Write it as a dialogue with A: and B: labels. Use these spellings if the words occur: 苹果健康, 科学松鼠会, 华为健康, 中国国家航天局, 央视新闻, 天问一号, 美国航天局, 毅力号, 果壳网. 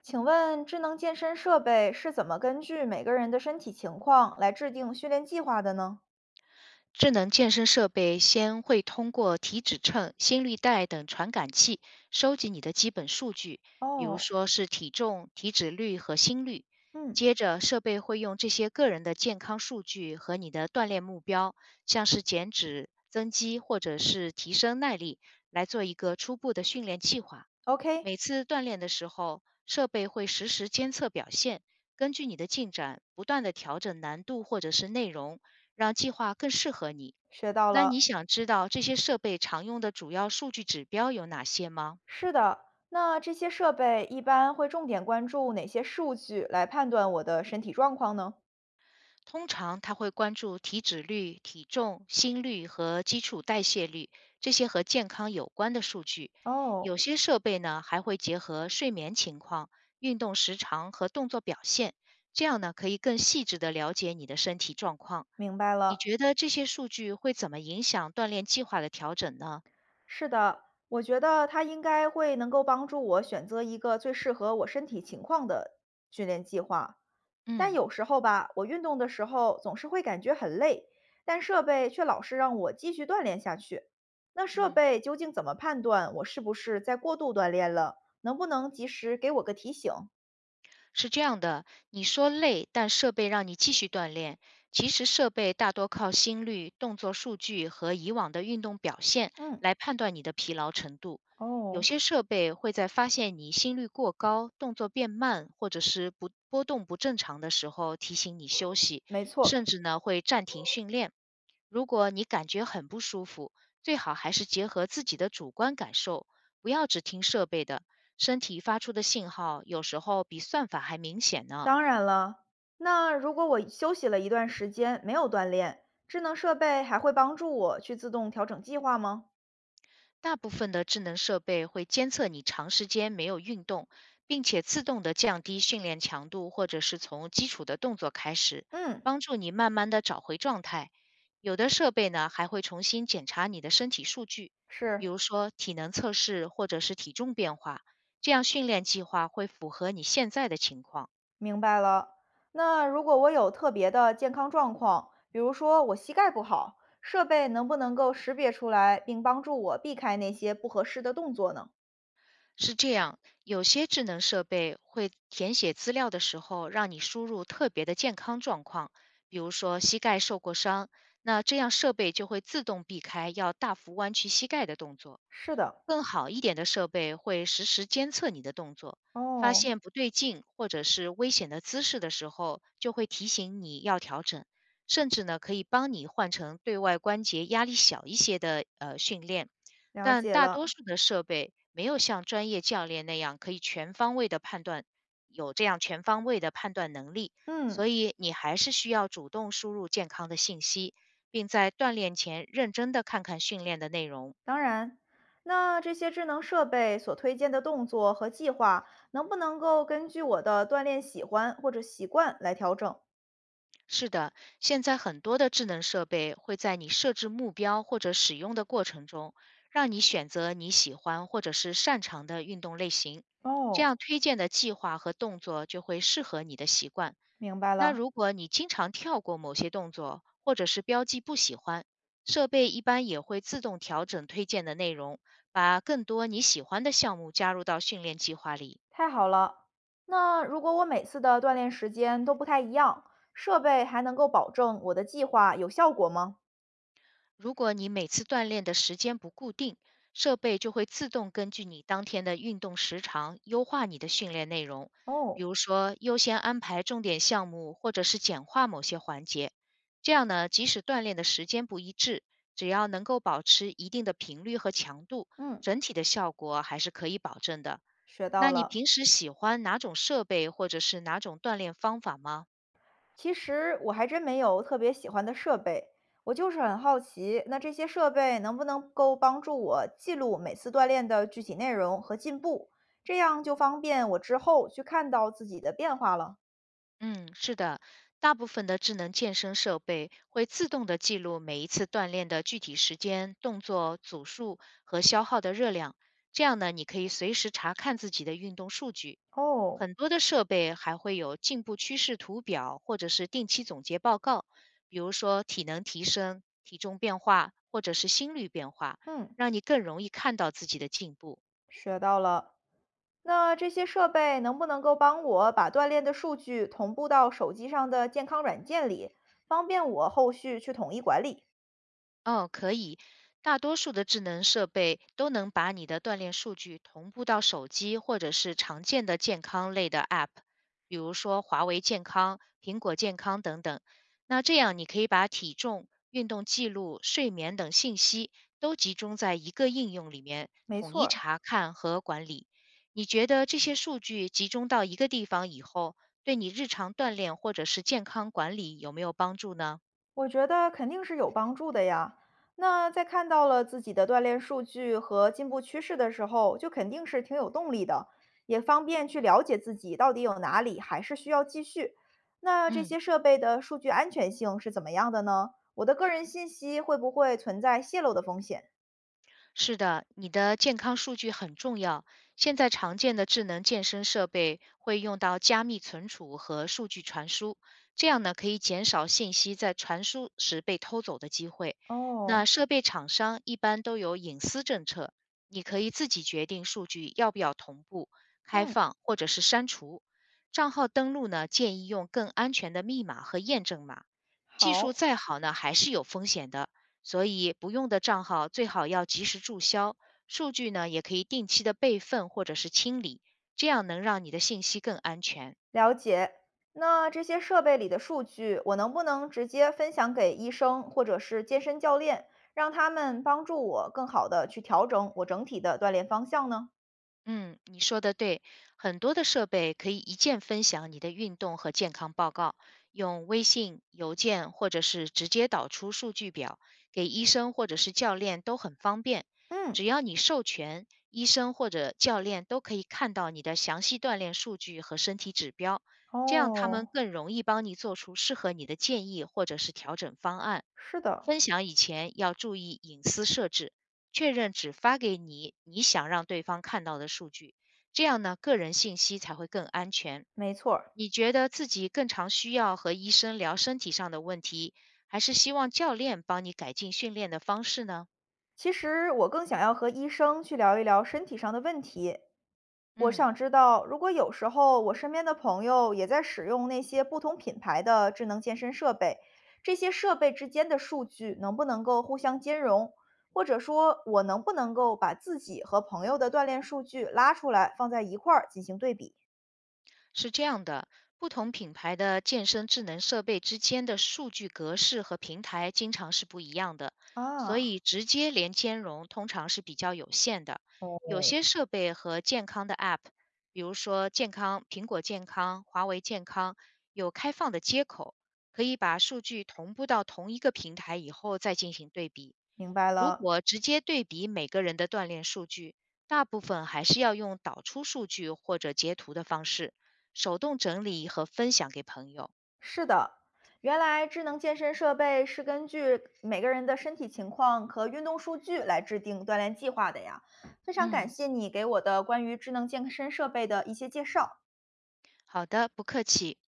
A: 请问智能健身设备是怎么根据每个人的身体情况来制定训练计划的呢？
B: 智能健身设备先会通过体脂秤、心率带等传感器收集你的基本数据，比如
A: 哦，
B: 说是体重、体脂率和心率。
A: 嗯
B: 接着，设备会用这些个人的健康数据和你的锻炼目标，像是减脂、增肌或者是提升耐力，来做一个初步的训练计划。
A: ，OK，
B: 每次锻炼的时候，设备会实时监测表现，根据你的进展不断的调整难度或者是内容，让计划更适合你。
A: 学到
B: 那你
A: 了。
B: 想知道这些设备常用的主要数据指标有哪些吗？
A: 是的，那这些设备一般会重点关注哪些数据来判断我的身体状况呢？
B: 通常他会关注体脂率、体重、心率和基础代谢率这些和健康有关的数据。有
A: 哦，
B: 些设备呢还会结合睡眠情况、运动时长和动作表现，这样呢可以更细致地了解你的身体状况。
A: 明白
B: 你
A: 了。
B: 觉得这些数据会怎么影响锻炼计划的调整呢？
A: 是的，我觉得它应该会能够帮助我选择一个最适合我身体情况的训练计划。但
B: 嗯
A: 有时候吧，我运动的时候总是会感觉很累，但设备却老是让我继续锻炼下去。那设
B: 嗯。
A: 备究竟怎么判断我是不是在过度锻炼了？能不能及时给我个提醒？
B: 是这样的，你说累，但设备让你继续锻炼。其实设备大多靠心率、动作数据和以往的运动表现
A: 嗯，
B: 来判断你的疲劳程度。有
A: 哦，
B: 些设备会在发现你心率过高、动作变慢，或者是不波动不正常的时候提醒你休息，
A: 没
B: 甚
A: 错，
B: 至呢会暂停训练。如果你感觉很不舒服，最好还是结合自己的主观感受，不要只听设备的。身体发出的信号有时候比算法还明显呢。
A: 当然了。那如果我休息了一段时间没有锻炼，智能设备还会帮助我去自动调整计划吗？
B: 大部分的智能设备会监测你长时间没有运动，并且自动的降低训练强度，或者是从基础的动作开始，
A: 嗯，
B: 帮助你慢慢的找回状态。有的设备呢还会重新检查你的身体数据，比
A: 是。
B: 如说体能测试或者是体重变化，这样训练计划会符合你现在的情况。
A: 明白了。那如果我有特别的健康状况，比如说我膝盖不好，设备能不能够识别出来，并帮助我避开那些不合适的动作呢？
B: 是这样，有些智能设备会填写资料的时候让你输入特别的健康状况，比如说膝盖受过伤，那这样设备就会自动避开要大幅弯曲膝盖的动作。
A: 是的，
B: 更好一点的设备会实时监测你的动作，发
A: 哦，
B: 现不对劲或者是危险的姿势的时候，就会提醒你要调整，甚至呢可以帮你换成对外关节压力小一些的训练。
A: 了
B: 但
A: 解
B: 大多
A: 了。
B: 数的设备没有像专业教练那样可以全方位的判断，有这样全方位的判断能力，
A: 嗯，
B: 所以你还是需要主动输入健康的信息，并在锻炼前认真的看看训练的内容。
A: 当然。那这些智能设备所推荐的动作和计划，能不能够根据我的锻炼喜欢或者习惯来调整？
B: 是的，现在很多的智能设备会在你设置目标或者使用的过程中，让你选择你喜欢或者是擅长的运动类型，这
A: 哦，
B: 样推荐的计划和动作就会适合你的习惯。
A: 明白
B: 那
A: 了。
B: 如果你经常跳过某些动作，或者是标记不喜欢，设备一般也会自动调整推荐的内容，把更多你喜欢的项目加入到训练计划里。
A: 太好了。那如果我每次的锻炼时间都不太一样，设备还能够保证我的计划有效果吗？
B: 如果你每次锻炼的时间不固定，设备就会自动根据你当天的运动时长优化你的训练内容，比
A: 哦，
B: 如说优先安排重点项目，或者是简化某些环节。这样呢，即使锻炼的时间不一致，只要能够保持一定的频率和强度，
A: 嗯，
B: 整体的效果还是可以保证的。
A: 学到
B: 那你
A: 了。
B: 平时喜欢哪种设备或者是哪种锻炼方法吗？
A: 其实我还真没有特别喜欢的设备，我就是很好奇，那这些设备能不能够帮助我记录每次锻炼的具体内容和进步，这样就方便我之后去看到自己的变化了。
B: 嗯，是的，大部分的智能健身设备会自动的记录每一次锻炼的具体时间、动作组数和消耗的热量，这样呢，你可以随时查看自己的运动数据。
A: 哦，
B: 很多的设备还会有进步趋势图表，或者是定期总结报告，比如说体能提升、体重变化，或者是心率变化，
A: 嗯，
B: 让你更容易看到自己的进步。
A: 学到了。那这些设备能不能够帮我把锻炼的数据同步到手机上的健康软件里，方便我后续去统一管理？
B: 哦，可以。大多数的智能设备都能把你的锻炼数据同步到手机或者是常见的健康类的 App，比如说华为健康、苹果健康等等。那这样你可以把体重、运动记录、睡眠等信息都集中在一个应用里面，
A: 没
B: 统
A: 错
B: 一
A: 儿，
B: 查看和管理。你觉得这些数据集中到一个地方以后，对你日常锻炼或者是健康管理有没有帮助呢？
A: 我觉得肯定是有帮助的呀。那在看到了自己的锻炼数据和进步趋势的时候，就肯定是挺有动力的，也方便去了解自己到底有哪里还是需要继续。那这
B: 嗯。
A: 些设备的数据安全性是怎么样的呢？我的个人信息会不会存在泄露的风险？
B: 是的，你的健康数据很重要。现在常见的智能健身设备会用到加密存储和数据传输，这样呢可以减少信息在传输时被偷走的机会。
A: 哦，
B: 那设备厂商一般都有隐私政策，你可以自己决定数据要不要同步、开
A: 嗯。
B: 放或者是删除。账号登录呢，建议用更安全的密码和验证码。技术
A: 好，
B: 再好呢，还是有风险的。所以不用的账号最好要及时注销，数据呢也可以定期的备份或者是清理，这样能让你的信息更安全。
A: 了解。那这些设备里的数据，我能不能直接分享给医生或者是健身教练，让他们帮助我更好的去调整我整体的锻炼方向呢？
B: 嗯，你说的对，很多的设备可以一键分享你的运动和健康报告，用微信、邮件或者是直接导出数据表，给医生或者是教练都很方便。只
A: 嗯，
B: 要你授权，医生或者教练都可以看到你的详细锻炼数据和身体指标，这样他
A: 哦，
B: 们更容易帮你做出适合你的建议或者是调整方案。
A: 是的，
B: 分享以前要注意隐私设置，确认只发给你你想让对方看到的数据，这样呢，个人信息才会更安全。
A: 没错儿。
B: 你觉得自己更常需要和医生聊身体上的问题，还是希望教练帮你改进训练的方式呢？
A: 其实我更想要和医生去聊一聊身体上的问题，我
B: 嗯。
A: 想知道，如果有时候我身边的朋友也在使用那些不同品牌的智能健身设备，这些设备之间的数据能不能够互相兼容？或者说，我能不能够把自己和朋友的锻炼数据拉出来，放在一块儿进行对比？
B: 是这样的，不同品牌的健身智能设备之间的数据格式和平台经常是不一样的，所
A: 啊，
B: 以直接连兼容通常是比较有限的。有
A: 哦，
B: 些设备和健康的 App，比如说健康苹果健康、华为健康，有开放的接口，可以把数据同步到同一个平台以后再进行对比。
A: 明白
B: 如
A: 了。
B: 果直接对比每个人的锻炼数据，大部分还是要用导出数据或者截图的方式。手动整理和分享给朋友。
A: 是的，原来智能健身设备是根据每个人的身体情况和运动数据来制定锻炼计划的呀。非常感
B: 嗯，
A: 谢你给我的关于智能健身设备的一些介绍。
B: 好的，不客气。